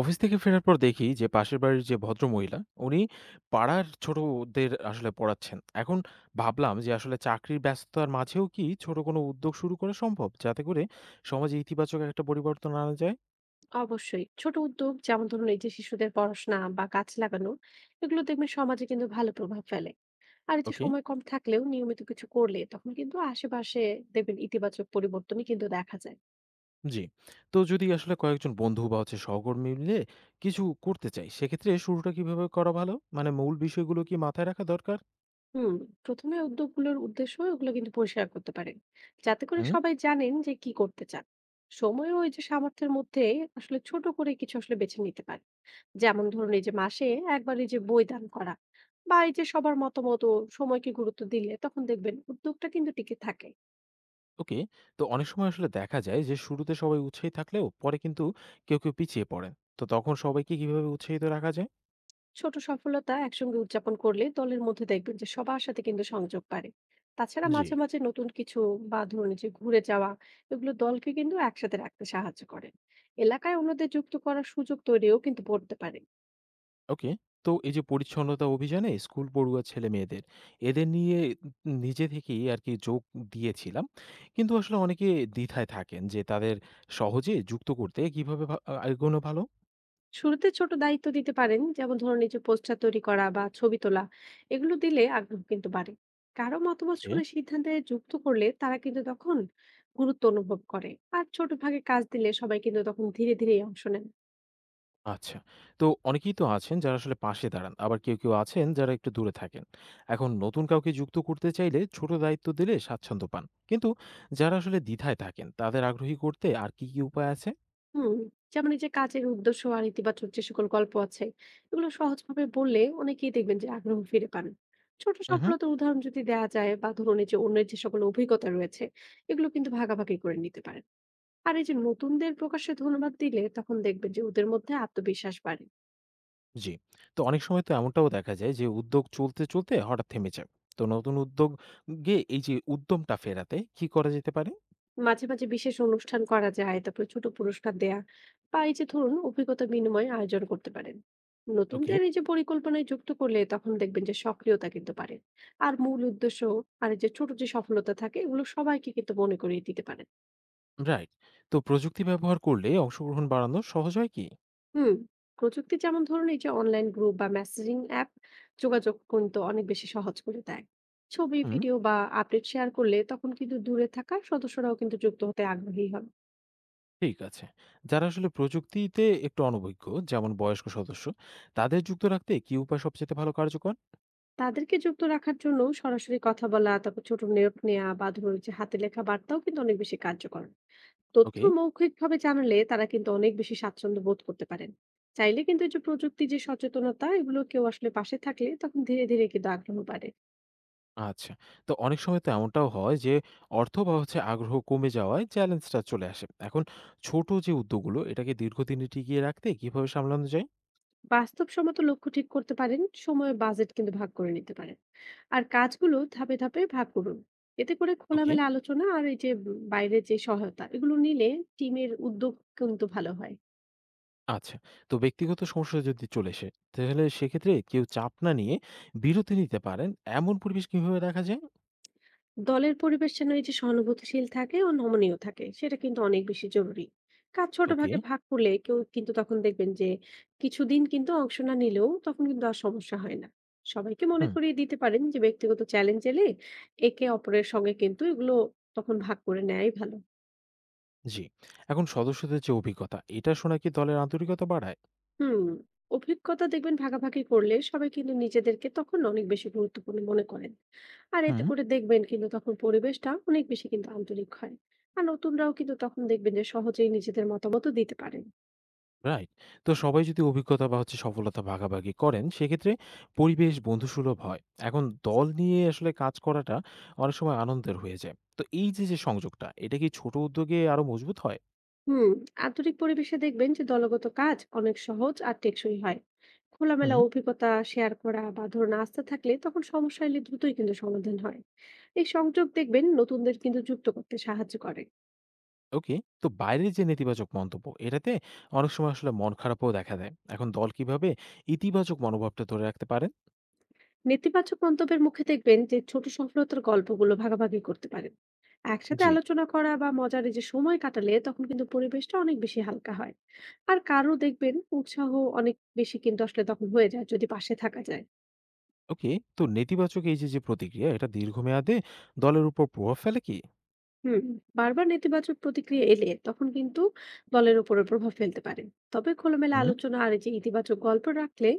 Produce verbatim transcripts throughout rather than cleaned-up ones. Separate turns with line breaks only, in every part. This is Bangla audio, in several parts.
অফিস থেকে ফেরার পর দেখি যে পাশের বাড়ির যে ভদ্র মহিলা উনি পাড়ার ছোটদের আসলে পড়াচ্ছেন এখন। ভাবলাম যে আসলে চাকরির ব্যস্ততার মাঝেও কি ছোট কোনো উদ্যোগ শুরু করা সম্ভব, যাতে করে সমাজে ইতিবাচক একটা পরিবর্তন আনা যায়।
অবশ্যই ছোট উদ্যোগ, যেমন ধরুন এই যে শিশুদের পড়াশোনা বা গাছ লাগানো, এগুলো দেখবেন সমাজে কিন্তু ভালো প্রভাব ফেলে। আর এই যে
ওকে।
সময় কম থাকলেও নিয়মিত কিছু করলে তখন কিন্তু আশেপাশে দেখবেন ইতিবাচক পরিবর্তনই কিন্তু দেখা যায়।
জি। তো যদি আসলে কয়েকজন বন্ধু বা হচ্ছে সহকর্মী মিলে কিছু করতে চাই, সেক্ষেত্রে শুরুটা কিভাবে করা ভালো, মানে মূল বিষয়গুলো কি মাথায় রাখা দরকার?
হুম। প্রথমে উদ্যোগগুলোর উদ্দেশ্য ওগুলো কিন্তু পরিষ্কার করতে পারেন, যাতে করে
হুম।
সবাই জানেন যে কি করতে চান। সময় ওই যে সামর্থ্যের মধ্যে আসলে ছোট করে কিছু আসলে বেছে নিতে পারেন। যেমন ধরুন এই যে মাসে একবার এই যে বই দান করা, বা এই যে সবার মতামত ও সময়কে গুরুত্ব দিলে তখন দেখবেন উদ্যোগটা কিন্তু টিকে থাকে।
ওকে। তো অনেক সময় আসলে দেখা যায় যে শুরুতে সবাই উৎসাহী থাকলেও পরে কিন্তু কেউ কেউ পিছিয়ে পড়েন। তো তখন সবাইকে কিভাবে উৎসাহিত রাখা যায়?
ছোট সফলতা একসঙ্গে উদযাপন করলে দলের মধ্যে দেখবেন যে সবার সাথে কিন্তু সংযোগ বাড়ে। তাছাড়া
জি।
মাঝে মাঝে নতুন কিছু বা ধরুন এই যে ঘুরে যাওয়া, এগুলো দলকে কিন্তু একসাথে রাখতে সাহায্য করে। এলাকায় অন্যদের যুক্ত করার সুযোগ তৈরিও কিন্তু করতে পারে।
ওকে। তো এই যে পরিচ্ছন্নতা অভিযানে স্কুল পড়ুয়া ছেলে মেয়েদের, এদের নিয়ে নিজে থেকেই আর কি যোগ দিয়েছিলাম। কিন্তু আসলে অনেকে দ্বিধায় থাকেন যে তাদের সহজে যুক্ত করতে কিভাবে ভা- আহ, এগোনো ভালো?
শুরুতে ছোট দায়িত্ব দিতে পারেন, যেমন ধরুন এই যে পোস্টার তৈরি করা বা ছবি তোলা, এগুলো দিলে আগ্রহ কিন্তু বাড়ে। কারো মতামত
ওকে।
শুনে সিদ্ধান্তে যুক্ত করলে তারা কিন্তু তখন গুরুত্ব অনুভব করে। আর ছোট ভাগে কাজ দিলে সবাই কিন্তু তখন ধীরে ধীরে অংশ নেন।
আচ্ছা। তো অনেকেই তো আছেন যারা আসলে পাশে দাঁড়ান। আবার কেউ, কেউ আছেন যারা একটু দূরে থাকেন। এখন নতুন কাউকে যুক্ত করতে চাইলে ছোট দায়িত্ব দিলে স্বাচ্ছন্দ্য পান। কিন্তু যারা আসলে দ্বিধায় থাকেন, তাদের আগ্রহী করতে আর কি, কি উপায় আছে?
হুম। যেমন এই যে কাজের উদ্দেশ্য আর ইতিবাচক যে সকল গল্প আছে, এগুলো সহজভাবে বললে অনেকেই দেখবেন যে আগ্রহ ফিরে পান। ছোট
উহু।
সফলতার উদাহরণ যদি দেওয়া যায় বা ধরুন এই যে অন্যের যে সকল অভিজ্ঞতা রয়েছে, এগুলো কিন্তু ভাগাভাগি করে নিতে পারেন। আর এই যে নতুনদের প্রকাশ্যে ধন্যবাদ দিলে তখন দেখবেন যে ওদের মধ্যে আত্মবিশ্বাস বাড়ে।
জি। তো অনেক সময় তো এমনটাও দেখা যায় যে উদ্যোগ চলতে, চলতে হঠাৎ থেমে যায়। তো নতুন উদ্যোগে এই যে উদ্যমটা ফেরাতে কি করা যেতে পারে?
মাঝে মাঝে বিশেষ অনুষ্ঠান করা যায়, তারপরে ছোট পুরস্কার দেয়া বা এই যে ধরুন অভিজ্ঞতা বিনিময় আয়োজন করতে পারেন।
ওকে।
নতুনদের এই যে পরিকল্পনায় যুক্ত করলে তখন দেখবেন যে সক্রিয়তা কিন্তু পারে। আর মূল উদ্দেশ্য আর এই যে ছোট যে সফলতা থাকে, এগুলো সবাইকে কিন্তু মনে করিয়ে দিতে পারে।
রাইট। তো প্রযুক্তি ব্যবহার করলে অংশগ্রহণ বাড়ানো সহজ হয় কি?
হুম। প্রযুক্তি যেমন ধরুন এই যে অনলাইন গ্রুপ বা মেসেজিং অ্যাপ, যোগাযোগ কিন্তু অনেক বেশি সহজ করে দেয়। ছবি,
হুম।
ভিডিও বা আপডেট শেয়ার করলে তখন কিন্তু দূরে থাকা সদস্যরাও কিন্তু যুক্ত হতে আগ্রহী হবে।
ঠিক আছে। যারা আসলে প্রযুক্তিতে একটু অনভিজ্ঞ, যেমন বয়স্ক সদস্য, তাদের যুক্ত রাখতে কি উপায় সবচেয়ে ভালো কার্যকর?
তাদেরকে যুক্ত রাখার জন্য সরাসরি কথা বলা, তারপর ছোট নোট নেওয়া বা ধরুন যে হাতে লেখা বার্তাও কিন্তু অনেক বেশি কার্যকর। তথ্য
ওকে।
মৌখিকভাবে জানালে তারা কিন্তু অনেক বেশি স্বাচ্ছন্দ্য বোধ করতে পারেন। চাইলে কিন্তু এই যে প্রযুক্তি যে সচেতনতা, এগুলো কেউ আসলে পাশে থাকলে তখন ধীরে ধীরে কিন্তু আগ্রহ বাড়ে।
আচ্ছা। তো অনেক সময় তো এমনটাও হয় যে অর্থ বা হচ্ছে আগ্রহ কমে যাওয়ায় চ্যালেঞ্জটা চলে আসে। এখন ছোট যে উদ্যোগগুলো, এটাকে দীর্ঘদিনে টিকিয়ে রাখতে কিভাবে সামলানো যায়?
বাস্তবসম্মত লক্ষ্য ঠিক করতে পারেন, সময় ও বাজেট কিন্তু ভাগ করে নিতে পারেন। আর কাজগুলো ধাপে ধাপে ভাগ করুন। এতে করে
ওকে।
খোলামেলা আলোচনা আর এই যে উম, বাইরের যে সহায়তা এগুলো নিলে টিমের উদ্যোগ কিন্তু ভালো হয়।
আচ্ছা। তো ব্যক্তিগত সমস্যা যদি চলে আসে, তাহলে সেক্ষেত্রে কেউ চাপ না নিয়ে বিরতি নিতে পারেন, এমন পরিবেশ কিভাবে রাখা যায়?
দলের পরিবেশ যেন এই যে সহানুভূতিশীল থাকে ও নমনীয় থাকে, সেটা কিন্তু অনেক বেশি জরুরি। কাজ ছোট
ওকে।
ভাগে ভাগ করলে কেউ কিন্তু তখন দেখবেন যে কিছুদিন কিন্তু অংশ না নিলেও তখন কিন্তু আর সমস্যা হয় না। সবাইকে মনে
হুম।
করিয়ে দিতে পারেন যে ব্যক্তিগত চ্যালেঞ্জ এলে একে অপরের সঙ্গে কিন্তু এগুলো তখন ভাগ করে নেয়াই ভালো।
জি। এখন সদস্যদের যে অভিজ্ঞতা, এটা শোনা কি দলের আন্তরিকতা বাড়ায়?
হুম। অভিজ্ঞতা দেখবেন ভাগাভাগি করলে সবাই কিন্তু নিজেদেরকে তখন অনেক বেশি গুরুত্বপূর্ণ মনে করেন। আর এতে
হুম।
করে দেখবেন কিন্তু তখন পরিবেশটা অনেক বেশি কিন্তু আন্তরিক হয়। আর নতুনরাও কিন্তু তখন দেখবেন যে সহজেই নিজেদের মতামতও দিতে পারেন।
রাইট। তো সবাই যদি অভিজ্ঞতা বা হচ্ছে সফলতা ভাগাভাগি করেন, সেক্ষেত্রে পরিবেশ বন্ধুসুলভ হয়। এখন দল নিয়ে আসলে কাজ করাটা অনেক সময় আনন্দের হয়ে যায়। তো এই যে, যে সংযোগটা, এটা কি ছোট উদ্যোগে আরো মজবুত হয়?
হুম। আন্তরিক পরিবেশে দেখবেন যে দলগত কাজ অনেক সহজ আর টেকসই হয়। খোলামেলা
হুম।
অভিজ্ঞতা শেয়ার করা বা ধরুন আস্থা থাকলে তখন সমস্যা এলে দ্রুতই কিন্তু সমাধান হয়। এই সংযোগ দেখবেন নতুনদের কিন্তু যুক্ত করতে সাহায্য করে।
ওকে। তো বাইরের যে নেতিবাচক মন্তব্য, এটাতে অনেক সময় আসলে মন খারাপও দেখা দেয়। এখন দল কিভাবে ইতিবাচক মনোভাবটা ধরে রাখতে পারেন?
নেতিবাচক মন্তব্যের মুখে দেখবেন যে ছোট সফলতার গল্পগুলো ভাগাভাগি করতে পারেন। একসাথে
জি।
আলোচনা করা বা মজার এই যে সময় কাটালে তখন কিন্তু পরিবেশটা অনেক বেশি হালকা হয়। আর কারো দেখবেন উৎসাহ অনেক বেশি কিন্তু আসলে তখন হয়ে যায় যদি পাশে থাকা যায়।
ওকে। তো নেতিবাচক এই যে, যে প্রতিক্রিয়া, এটা দীর্ঘমেয়াদে দলের উপর প্রভাব ফেলে কি?
হুম। বারবার নেতিবাচক প্রতিক্রিয়া এলে তখন কিন্তু দলের উপরে প্রভাব ফেলতে পারে। তবে খোলামেলা
হুম।
আলোচনা আর এই যে ইতিবাচক গল্প রাখলে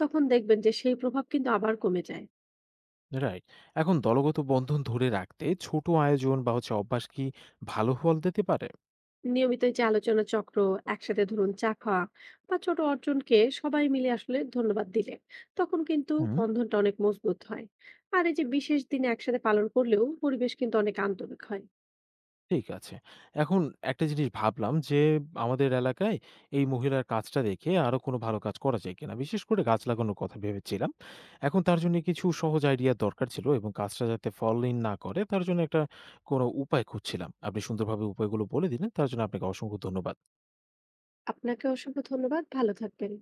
তখন দেখবেন যে সেই প্রভাব কিন্তু আবার কমে যায়।
রাইট। এখন দলগত বন্ধন ধরে রাখতে ছোট আয়োজন বা হচ্ছে অভ্যাস কি ভালো ফল দিতে পারে?
নিয়মিত এই যে আলোচনা চক্র, একসাথে ধরুন চা খাওয়া বা ছোট অর্জনকে সবাই মিলে আসলে ধন্যবাদ দিলে তখন কিন্তু
হুম।
বন্ধনটা অনেক মজবুত হয়। আর এই যে বিশেষ দিনে একসাথে পালন করলেও পরিবেশ কিন্তু অনেক আন্তরিক হয়।
ঠিক আছে। এখন একটা জিনিস ভাবলাম যে আমাদের এলাকায় এই মহিলার কাজটা দেখে আরো কোনো ভালো কাজ করা যায় কিনা, বিশেষ করে গাছ লাগানোর কথা ভেবেছিলাম। এখন তার জন্য কিছু সহজ আইডিয়া দরকার ছিল, এবং কাজটা যাতে ফলহীন না করে, তার জন্য একটা কোনো উপায় খুঁজছিলাম। আপনি সুন্দরভাবে উপায়গুলো বলে দিলেন, তার জন্য আপনাকে অসংখ্য ধন্যবাদ।
আপনাকে অসংখ্য ধন্যবাদ, ভালো থাকবেন।